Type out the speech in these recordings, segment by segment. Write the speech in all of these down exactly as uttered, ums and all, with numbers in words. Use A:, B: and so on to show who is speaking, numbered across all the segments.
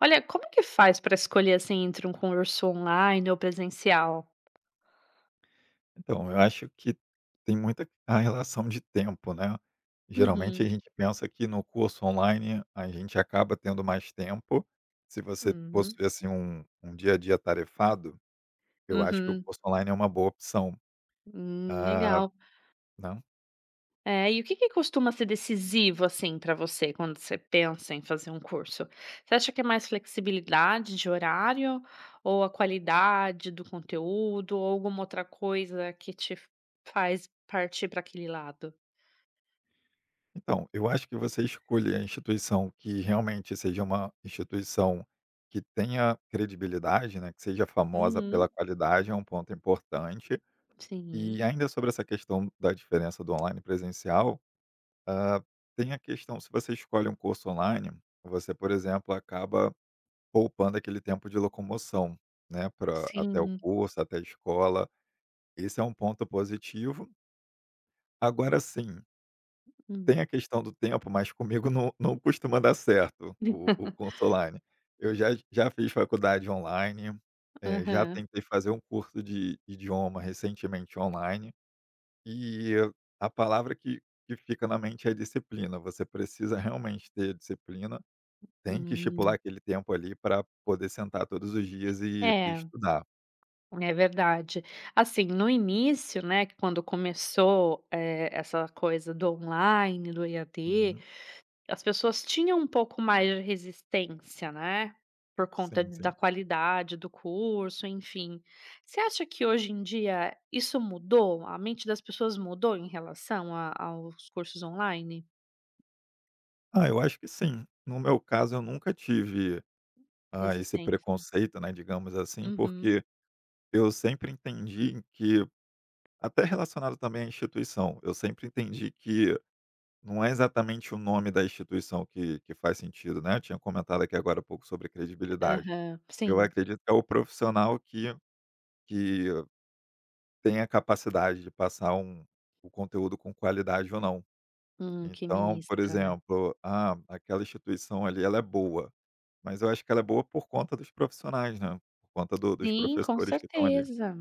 A: Olha, como que faz para escolher, assim, entre um curso online ou presencial?
B: Então, eu acho que tem muita a relação de tempo, né. Geralmente
A: Uhum,
B: a gente pensa que no curso online a gente acaba tendo mais tempo. Se você
A: uhum,
B: possui, assim, um um dia a dia tarefado, eu acho que o
A: uhum.
B: curso online é uma boa opção.
A: Hum,
B: Ah,
A: legal.
B: né.
A: É, e o que que costuma ser decisivo, assim, para você quando você pensa em fazer um curso? Você acha que é mais flexibilidade de horário ou a qualidade do conteúdo ou alguma outra coisa que te faz partir para aquele lado?
B: Então, eu acho que você escolhe a instituição que realmente seja uma instituição que tenha credibilidade, né, que seja famosa pela
A: Uhum,
B: qualidade é um ponto importante.
A: sim,
B: E ainda sobre essa questão da diferença do online e presencial. Ah, tem a questão, se você escolhe um curso online, você, por exemplo, acaba poupando aquele tempo de locomoção, né, para até o
A: sim.
B: curso, até a escola. Esse é um ponto positivo. Agora sim, tem
A: Hum,
B: a questão do tempo, mas comigo não, não costuma dar certo o, o curso online. Eu já, já fiz faculdade online, eh, já
A: aham,
B: tentei fazer um curso de idioma recentemente online. E a palavra que que fica na mente é disciplina. Você precisa realmente ter disciplina, tem que estipular
A: hum.
B: aquele tempo ali para poder sentar todos os dias e e
A: É.
B: estudar.
A: É verdade. Assim, no início, né, que quando começou, eh, essa coisa do online, do E A D,
B: Uhum.
A: as pessoas tinham um pouco mais de resistência, né, por conta
B: Sim,
A: da
B: sim.
A: qualidade do curso, enfim. Você acha que hoje em dia isso mudou? A mente das pessoas mudou em relação a aos cursos online?
B: Ah, eu acho que sim. No meu caso, eu nunca tive, ah, esse
A: Resistência.
B: preconceito, né, digamos assim,
A: Uhum.
B: porque eu sempre entendi que até relacionado também à instituição, eu sempre entendi que não é exatamente o nome da instituição que que faz sentido, né. Eu tinha comentado aqui agora há pouco sobre credibilidade.
A: Aham.
B: Eu
A: Sim.
B: acredito que é o profissional que que tem a capacidade de passar um o conteúdo com qualidade ou não.
A: Hum, que
B: Então, por
A: ministra, né?
B: exemplo, ah, aquela instituição ali ela é boa, mas eu acho que ela é boa por conta dos profissionais, né, por conta do dos
A: Sim, com
B: professores que estão ali.
A: certeza.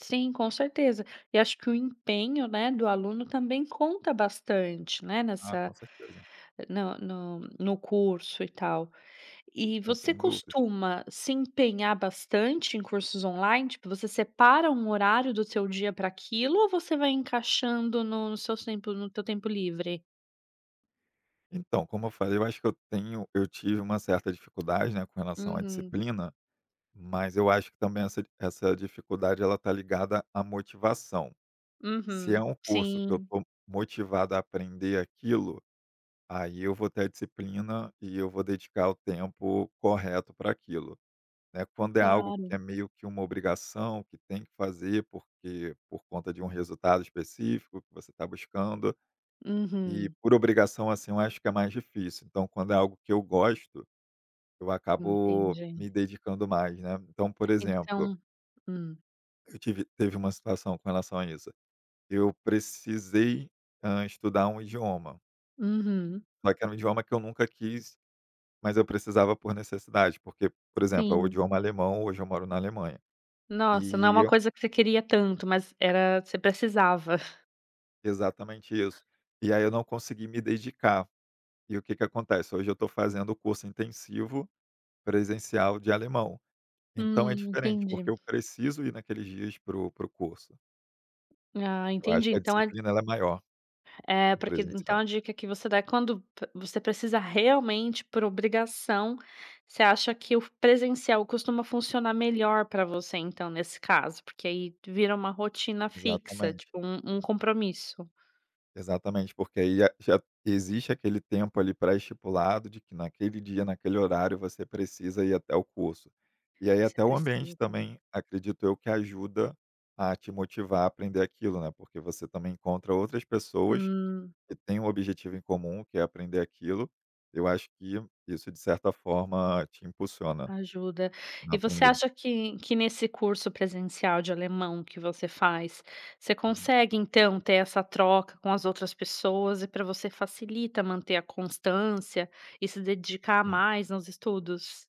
A: Sim, com certeza. E acho que o empenho, né, do aluno também conta bastante, né,
B: Ah, com
A: nessa
B: certeza,
A: no no no curso e tal. E
B: não
A: você
B: tenho dúvidas.
A: costuma se empenhar bastante em cursos online? Tipo, você separa um horário do seu dia para aquilo ou você vai encaixando no no seu tempo no teu tempo livre?
B: Então, como eu falei, eu acho que eu tenho eu tive uma certa dificuldade, né, com relação à
A: Uhum,
B: disciplina, mas eu acho que também essa essa dificuldade ela está ligada à motivação. Se é
A: uhum.
B: um curso que eu
A: Sim,
B: estou motivado a aprender aquilo, aí eu vou ter a disciplina e eu vou dedicar o tempo correto para aquilo, né. Quando é algo que é
A: claro.
B: meio que uma obrigação, que tem que fazer porque por conta de um resultado específico que você está buscando, e
A: Uhum,
B: por obrigação, assim, eu acho que é mais difícil. Então quando é algo que eu gosto, eu acabo me
A: entendi.
B: dedicando mais, né. Então, por exemplo,
A: Então hum,
B: eu tive teve uma situação com relação a isso. Eu precisei, hã, estudar um idioma.
A: uhum.
B: Só que era um idioma que eu nunca quis, mas eu precisava por necessidade, porque, por exemplo, é o
A: Sim.
B: idioma alemão, hoje eu moro na Alemanha.
A: Nossa, não é
B: E
A: uma
B: eu
A: coisa que você queria tanto, mas era você precisava.
B: exatamente isso. E aí eu não consegui me dedicar. E o que que acontece? Hoje eu estou fazendo o curso intensivo presencial de alemão. Então é
A: Hum,
B: diferente, porque
A: entendi.
B: eu preciso ir naqueles dias para o para o curso.
A: Ah,
B: Eu acho
A: entendi.
B: que a
A: Então é
B: disciplina ela é maior
A: é
B: no
A: porque
B: presencial.
A: então a dica que você dá é quando p você precisa realmente por obrigação, você acha que o presencial costuma funcionar melhor para você então, nesse caso, porque aí vira uma rotina fixa,
B: Exatamente.
A: tipo um um compromisso,
B: Exatamente, porque aí a já existe aquele tempo ali pré-estipulado de que naquele dia, naquele horário, você precisa ir até o curso. E aí
A: e você
B: até o ambiente
A: precisa também.
B: também, acredito eu, que ajuda a te motivar a aprender aquilo, né, porque você também encontra outras pessoas
A: Hum.
B: que têm um objetivo em comum, que é aprender aquilo. Eu acho que isso, de certa forma, te impulsiona
A: Ajuda.
B: a
A: E você
B: aprender.
A: acha que que nesse curso presencial de alemão que você faz, você
B: Uhum,
A: consegue então ter essa troca com as outras pessoas e para você facilita manter a constância e se dedicar
B: sim.
A: mais nos estudos?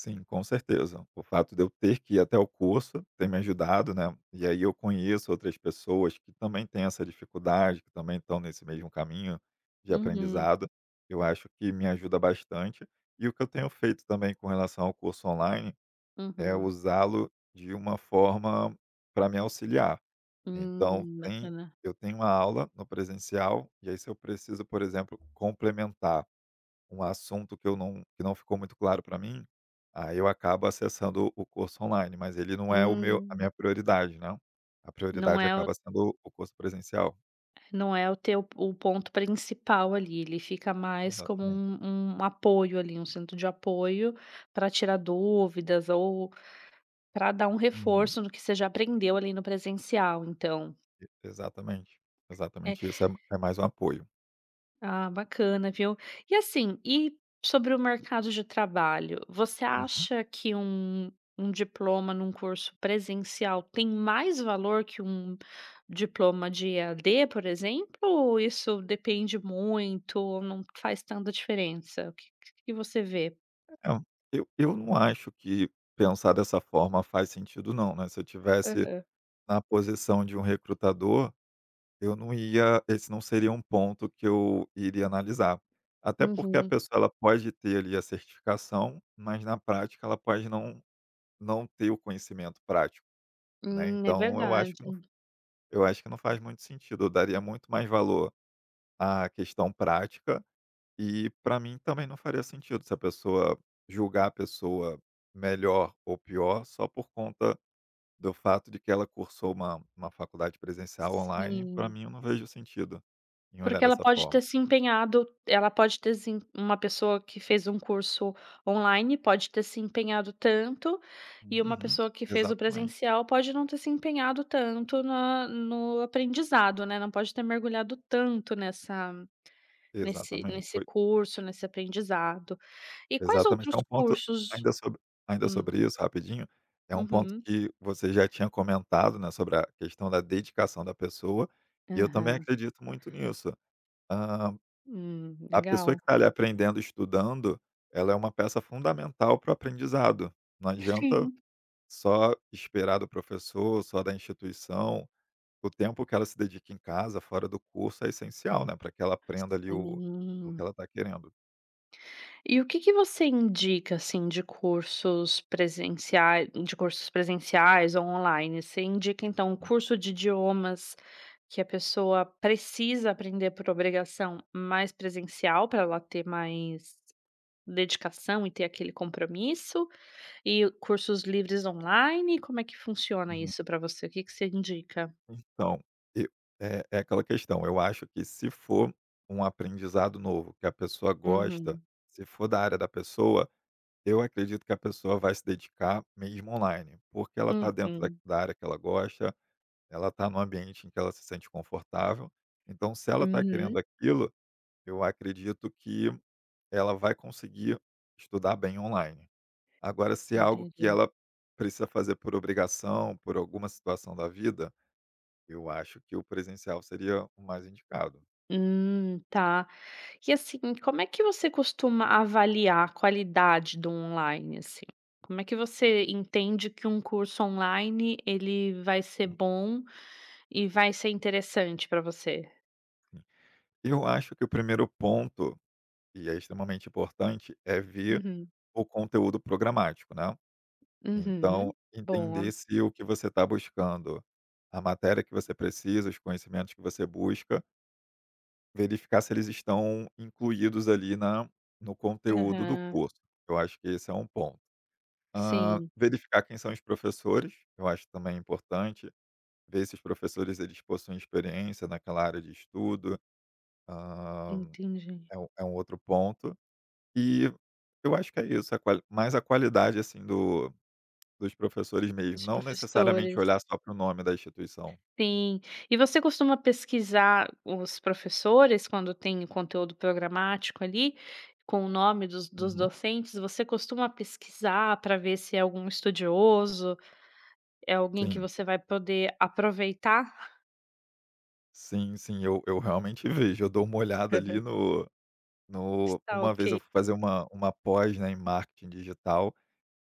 B: Sim, com certeza. O fato de eu ter que ir até o curso tem me ajudado, né? E aí eu conheço outras pessoas que também têm essa dificuldade, que também estão nesse mesmo caminho de
A: Uhum,
B: aprendizado. Eu acho que me ajuda bastante. E o que eu tenho feito também com relação ao curso online é
A: uhum.
B: usá-lo de uma forma para me auxiliar. Então,
A: Hum,
B: tem,
A: bacana.
B: eu tenho uma aula no presencial, e aí se eu preciso, por exemplo, complementar um assunto que eu não que não ficou muito claro para mim, aí eu acabo acessando o curso online, mas ele não é o meu a
A: Hum,
B: minha prioridade, né. A
A: não
B: prioridade
A: é o
B: acaba sendo o curso presencial.
A: não é o teu o ponto principal ali, ele fica mais como
B: Exatamente.
A: um um apoio ali, um centro de apoio para tirar dúvidas ou para dar um
B: Uhum.
A: reforço no que você já aprendeu ali no presencial, então.
B: E exatamente,
A: É.
B: exatamente isso, é é mais um apoio.
A: Ah, bacana, viu. E assim, e sobre o mercado de trabalho, você
B: Uhum.
A: acha que um um diploma num curso presencial tem mais valor que um diploma de E A D, por exemplo, ou isso depende muito, ou não faz tanta diferença? O que que você vê?
B: É, eu eu não acho que pensar dessa forma faz sentido não, né, se eu tivesse
A: Aham.
B: na posição de um recrutador. Eu não ia Esse não seria um ponto que eu iria analisar. Até porque a
A: Uhum.
B: pessoa ela pode ter ali a certificação, mas na prática ela pode não não ter o conhecimento prático, né.
A: Hum, é
B: Então eu acho
A: verdade.
B: que não eu acho que não faz muito sentido, eu daria muito mais valor à questão prática e para mim também não faria sentido se a pessoa julgar a pessoa melhor ou pior só por conta do fato de que ela cursou uma uma faculdade presencial online, para
A: Sim.
B: mim eu não vejo sentido em olhar
A: Porque ela
B: dessa
A: pode
B: forma.
A: ter se empenhado ela pode ter se em uma pessoa que fez um curso online pode ter se empenhado tanto, e uma
B: Uhum.
A: pessoa que fez o
B: Exatamente,
A: presencial pode não ter se empenhado tanto na no aprendizado, né, não pode ter mergulhado tanto nessa nesse
B: exatamente,
A: nesse
B: foi
A: curso, nesse aprendizado. E quais
B: exatamente. É
A: outros
B: um ponto
A: cursos
B: ainda sobre ainda
A: hum,
B: sobre isso rapidinho, é um ponto
A: uhum.
B: que você já tinha comentado, né, sobre a questão da dedicação da pessoa, e eu também
A: Aham.
B: acredito muito nisso. Hã,
A: Hum,
B: a pessoa
A: legal.
B: que está ali aprendendo, estudando, ela é uma peça fundamental para o aprendizado. Não adianta
A: Sim,
B: só esperar do professor, só da instituição, o tempo que ela se dedica em casa, fora do curso, é essencial, né, para que ela aprenda ali o o que
A: sim.
B: ela está querendo.
A: E o que que você indica, assim, de cursos presenciais, de cursos presenciais ou online? Você indica, então, um
B: Hum.
A: curso de idiomas que a pessoa precisa aprender por obrigação, mais presencial, para ela ter mais dedicação e ter aquele compromisso? E cursos livres online, como é que funciona
B: Uhum.
A: isso para você? O que que você indica?
B: Então, e é é aquela questão, eu acho que se for um aprendizado novo, que a pessoa gosta,
A: Uhum.
B: se for da área da pessoa, eu acredito que a pessoa vai se dedicar mesmo online, porque ela está dentro da
A: Uhum.
B: da área que ela gosta, ela está no ambiente em que ela se sente confortável, então se ela está querendo
A: Uhum.
B: aquilo. Eu acredito que ela vai conseguir estudar bem online. Agora, se é algo que
A: Entendi.
B: ela precisa fazer por obrigação, por alguma situação da vida, eu acho que o presencial seria o mais indicado.
A: Hum, tá. E assim, como é que você costuma avaliar a qualidade do online, assim? Como é que você entende que um curso online ele vai ser
B: Hum.
A: bom e vai ser interessante para você?
B: Eu acho que o primeiro ponto, e é extremamente importante, é ver
A: Uhum,
B: o conteúdo programático, né. Então,
A: uhum.
B: entender
A: Boa.
B: se o que você está buscando, a matéria que você precisa, os conhecimentos que você busca, verificar se eles estão incluídos ali na no conteúdo do
A: Aham.
B: curso. Eu acho que esse é um ponto. Hã,
A: Sim,
B: verificar quem são os professores, eu acho também importante, ver se os professores eles possuem experiência naquela área de estudo, hã,
A: entendi.
B: é um é um outro ponto. E eu acho que é isso, a quali mais a qualidade, assim, do dos professores mesmo,
A: Os
B: não necessariamente
A: professores.
B: olhar só para o nome da instituição.
A: Sim. E você costuma pesquisar os professores quando tem um conteúdo programático ali, com o nome dos dos
B: Uhum.
A: docentes? Você costuma pesquisar para ver se é algum estudioso, é alguém que
B: Sim,
A: você vai poder aproveitar?
B: sim, sim, eu eu realmente vejo, eu dou uma olhada ali no. No
A: Está
B: uma vez
A: ok.
B: eu fui fazer uma uma pós, né, em marketing digital,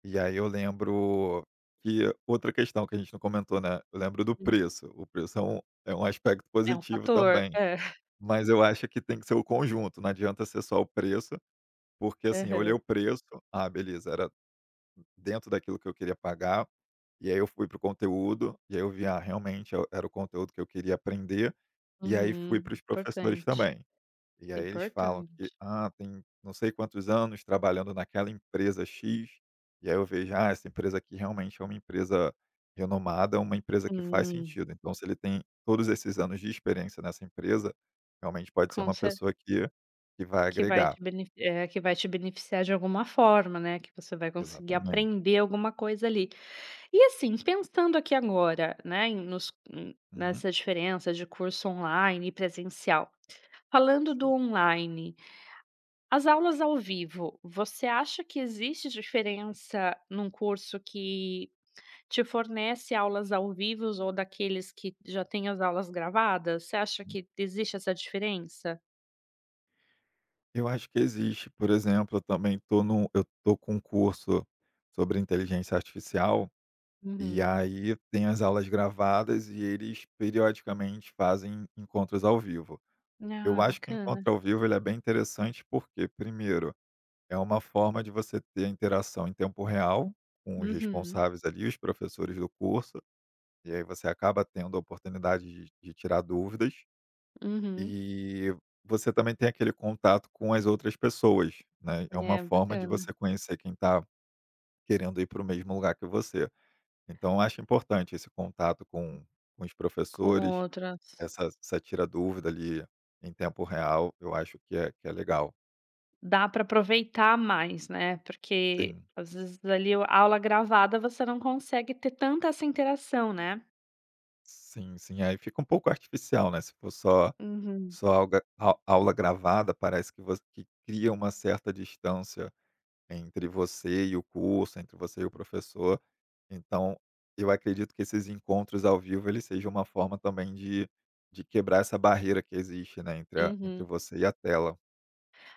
B: e aí eu lembro que outra questão que a gente não comentou, né, eu lembro do
A: Hum,
B: preço, o preço é um é um aspecto
A: é um
B: positivo
A: fator.
B: também,
A: É.
B: mas eu acho que tem que ser o conjunto, não adianta ser só o preço, porque assim, eu olhei
A: Aham.
B: o preço, ah, beleza, era dentro daquilo que eu queria pagar, e aí eu fui para o conteúdo, e aí eu vi, ah, realmente é era o conteúdo que eu queria aprender, e aí
A: Uhum.
B: fui para os professores
A: Importante,
B: também. E aí eles falam que,
A: importante.
B: ah, tem não sei quantos anos trabalhando naquela empresa X, e aí eu vejo, ah, essa empresa aqui realmente é uma empresa renomada, uma empresa que faz
A: Hum,
B: sentido. Então, se ele tem todos esses anos de experiência nessa empresa, realmente pode ser
A: com
B: uma pessoa que, que vai
A: Que vai
B: agregar.
A: te bene eh, que vai te beneficiar de alguma forma, né, que você vai conseguir
B: Exatamente.
A: aprender alguma coisa ali. E assim, pensando aqui agora, né, em nos em
B: Uhum,
A: nessa diferença de curso online e presencial. Falando do
B: sim.
A: online, as aulas ao vivo, você acha que existe diferença num curso que te fornece aulas ao vivo ou daqueles que já têm as aulas gravadas? Você acha que existe essa diferença?
B: Eu acho que existe, por exemplo, eu também estou no, eu tô com um curso sobre inteligência artificial. E
A: Uhum.
B: aí tem as aulas gravadas e eles periodicamente fazem encontros ao vivo. Eu
A: Ah,
B: acho que o
A: bacana.
B: encontro ao vivo ele é bem interessante porque, primeiro, é uma forma de você ter a interação em tempo real com os
A: Uhum,
B: responsáveis ali, os professores do curso, e aí você acaba tendo a oportunidade de, de tirar dúvidas
A: uhum.
B: e você também tem aquele contato com as outras pessoas, né? É uma
A: É
B: forma de você
A: bacana.
B: conhecer quem está querendo ir para o mesmo lugar que você. Então, eu acho importante esse contato com com os
A: Com
B: professores,
A: outras.
B: essa essa tira-dúvida ali em tempo real, eu acho que é que é legal.
A: Dá para aproveitar mais, né, porque
B: Sim,
A: às vezes ali a aula gravada você não consegue ter tanta essa interação, né.
B: sim, sim. Aí fica um pouco artificial, né, se for só
A: Uhum.
B: só alga au aula gravada, parece que voc que cria uma certa distância entre você e o curso, entre você e o professor. Então, eu acredito que esses encontros ao vivo, eles sejam uma forma também de de quebrar essa barreira que existe, né, entre a entre
A: Uhum.
B: você e a tela.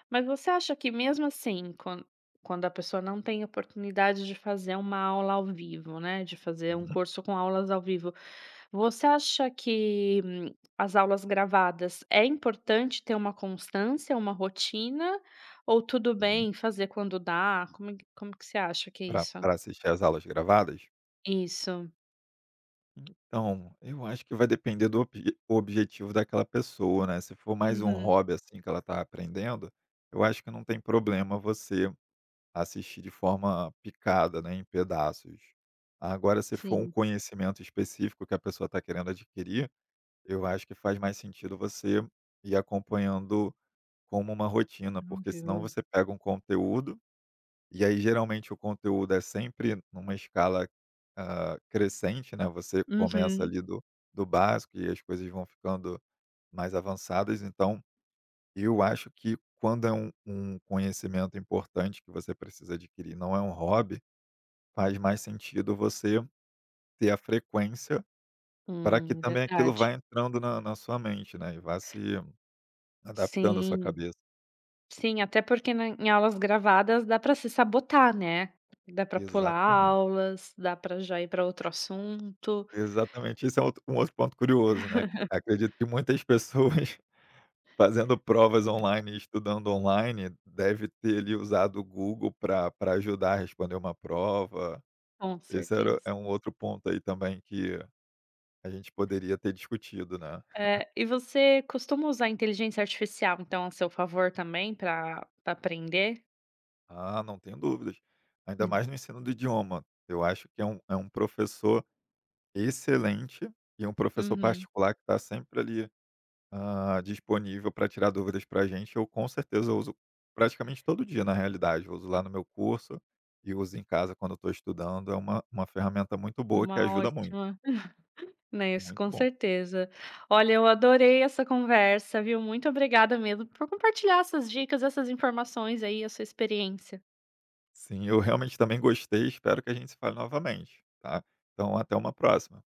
A: Mas você acha que mesmo assim, quan quando a pessoa não tem oportunidade de fazer uma aula ao vivo, né, de fazer um
B: Uhum,
A: curso com aulas ao vivo, você acha que hum, as aulas gravadas é importante ter uma constância, uma rotina, ou tudo
B: uhum.
A: bem fazer quando dá? Como que como que você acha que é
B: Para
A: isso?
B: assistir às aulas gravadas?
A: Isso.
B: Então, eu acho que vai depender do obje objetivo daquela pessoa, né, se for mais um
A: Uhum.
B: hobby, assim, que ela tá aprendendo, eu acho que não tem problema você assistir de forma picada, né, em pedaços. Agora se for um
A: Sim,
B: conhecimento específico que a pessoa está querendo adquirir, eu acho que faz mais sentido você ir acompanhando como uma rotina,
A: ao
B: porque
A: vivo.
B: senão você pega um conteúdo. E aí geralmente o conteúdo é sempre numa escala, hã, crescente, né, você começa
A: Uhum.
B: ali do do básico e as coisas vão ficando mais avançadas, então eu acho que quando é um um conhecimento importante que você precisa adquirir, não é um hobby, faz mais sentido você ter a frequência para que
A: Hum,
B: também aquilo
A: verdade.
B: vá entrando na na sua mente, né, e vá se adaptando à sua
A: Sim.
B: cabeça.
A: Sim, até porque na em aulas gravadas dá para se sabotar, né. Dá para pular
B: Exatamente,
A: aulas, dá para já ir para outro assunto.
B: exatamente. Esse é outro um outro ponto curioso, né. Acredito que muitas pessoas fazendo provas online, e estudando online, deve ter ali usado o Google para pra ajudar a responder uma prova.
A: Com
B: Esse era
A: certeza.
B: é um outro ponto aí também que a gente poderia ter discutido, né.
A: Eh, e você costuma usar a inteligência artificial, então, a seu favor também para pra aprender?
B: Ah, não tenho dúvidas. Ainda mais no ensino do idioma. Eu acho que é um é um professor excelente e um professor
A: Uhum.
B: particular que está sempre ali. Ah, disponível para tirar dúvidas para a gente, eu com certeza uso praticamente todo dia na realidade, eu uso lá no meu curso e uso em casa quando estou estudando, é uma uma ferramenta muito boa que
A: Uma
B: ajuda muito,
A: ótima. Né, isso
B: muito
A: com
B: bom.
A: certeza. Olha, eu adorei essa conversa, viu. Muito obrigada mesmo por compartilhar essas dicas, essas informações aí, a sua experiência.
B: Sim, eu realmente também gostei, espero que a gente se fale novamente, tá. Então até uma próxima.